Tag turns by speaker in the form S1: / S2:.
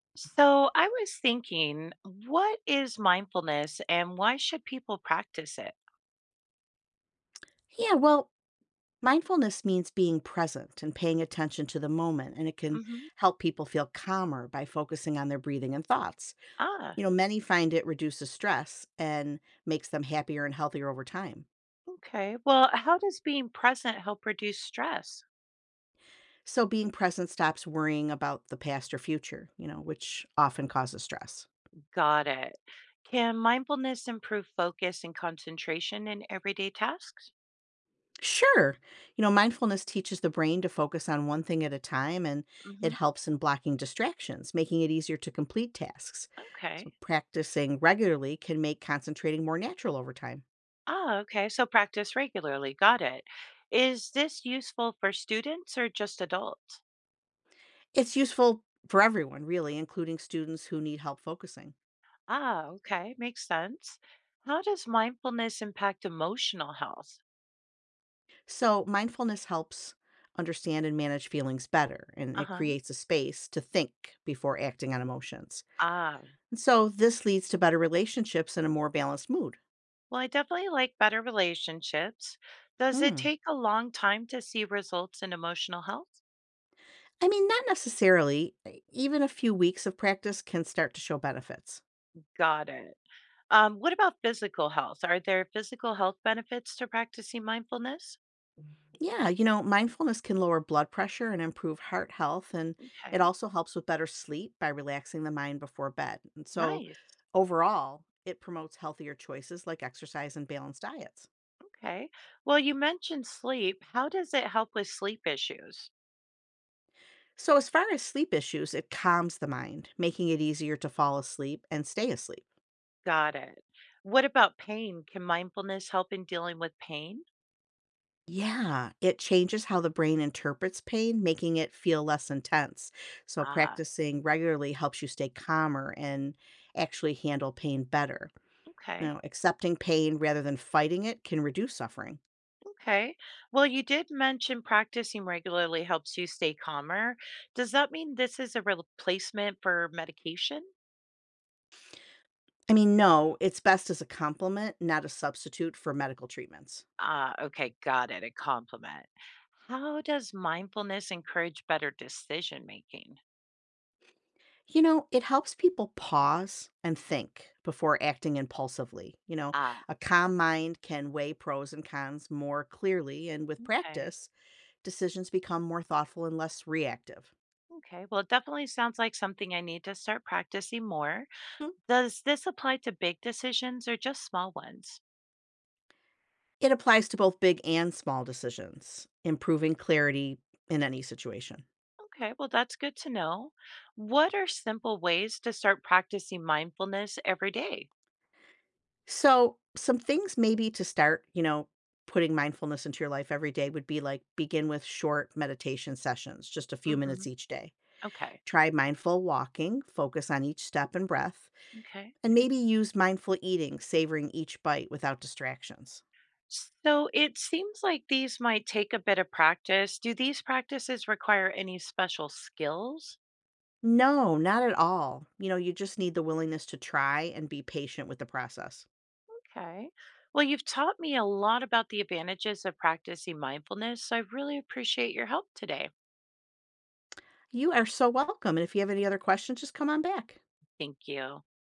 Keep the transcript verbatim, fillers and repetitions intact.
S1: So I was thinking, what is mindfulness and why should people practice it?
S2: Yeah, well, mindfulness means being present and paying attention to the moment, and it can
S1: Hmm.
S2: help people feel calmer by focusing on their breathing and thoughts.
S1: Ah,
S2: You know, many find it reduces stress and makes them happier and healthier over time.
S1: okay. Well, how does being present help reduce stress?
S2: So being present stops worrying about the past or future, you know, which often causes stress.
S1: Got it. Can mindfulness improve focus and concentration in everyday tasks?
S2: Sure. You know, mindfulness teaches the brain to focus on one thing at a time and it
S1: Hmm.
S2: helps in blocking distractions, making it easier to complete tasks.
S1: Okay.
S2: So, practicing regularly can make concentrating more natural over time.
S1: Ah, okay. So practice regularly. Got it. Is this useful for students or just adults?
S2: It's useful for everyone, really, including students who need help focusing.
S1: Ah, okay. Makes sense. How does mindfulness impact emotional health?
S2: So, mindfulness helps understand and manage feelings better, and
S1: Uh
S2: it
S1: huh.
S2: creates a space to think before acting on emotions.
S1: Ah,
S2: And so, this leads to better relationships and a more balanced mood.
S1: well, I definitely like better relationships. Does it
S2: Hmm.
S1: take a long time to see results in emotional health?
S2: I mean, not necessarily. E Even a few weeks of practice can start to show benefits.
S1: Got it. Um, what about physical health? Are there physical health benefits to practicing mindfulness?
S2: Yeah, you know, mindfulness can lower blood pressure and improve heart health, and it
S1: Okay,
S2: also helps with better sleep by relaxing the mind before bed. And so,
S1: nice.
S2: overall, it promotes healthier choices like exercise and balanced diets.
S1: Okay. Well, you mentioned sleep. How does it help with sleep issues?
S2: So, as far as sleep issues, it calms the mind, making it easier to fall asleep and stay asleep.
S1: Got it. What about pain? Can mindfulness help in dealing with pain?
S2: Yeah, it changes how the brain interprets pain, making it feel less intense. So,
S1: Ah,
S2: practicing regularly helps you stay calmer and actually handle pain better. You
S1: okay.
S2: know, accepting pain rather than fighting it can reduce suffering.
S1: Okay. Well, you did mention practicing regularly helps you stay calmer. Does that mean this is a replacement for medication?
S2: I mean, no, it's best as a complement, not a substitute for medical treatments.
S1: Ah, okay, got it. A compliment. How does mindfulness encourage better decision making?
S2: You know, it helps people pause and think before acting impulsively. You know,
S1: Ah,
S2: a calm mind can weigh pros and cons more clearly, and with
S1: okay.
S2: practice, decisions become more thoughtful and less reactive.
S1: Okay. Well, it definitely sounds like something I need to start practicing more.
S2: Hmm.
S1: Does this apply to big decisions or just small ones?
S2: It applies to both big and small decisions, improving clarity in any situation.
S1: Okay, well, that's good to know. What are simple ways to start practicing mindfulness every day?
S2: So, some things maybe to start, you know, putting mindfulness into your life every day would be like begin with short meditation sessions, just a few
S1: Mm-hmm.
S2: minutes each day.
S1: Okay.
S2: Try mindful walking, focus on each step and breath,
S1: Okay.
S2: and maybe use mindful eating, savoring each bite without distractions.
S1: So it seems like these might take a bit of practice. Do these practices require any special skills?
S2: No, not at all. You know, you just need the willingness to try and be patient with the process.
S1: Okay. Well, you've taught me a lot about the advantages of practicing mindfulness, so I really appreciate your help today.
S2: You are so welcome, and if you have any other questions, just come on back.
S1: Thank you.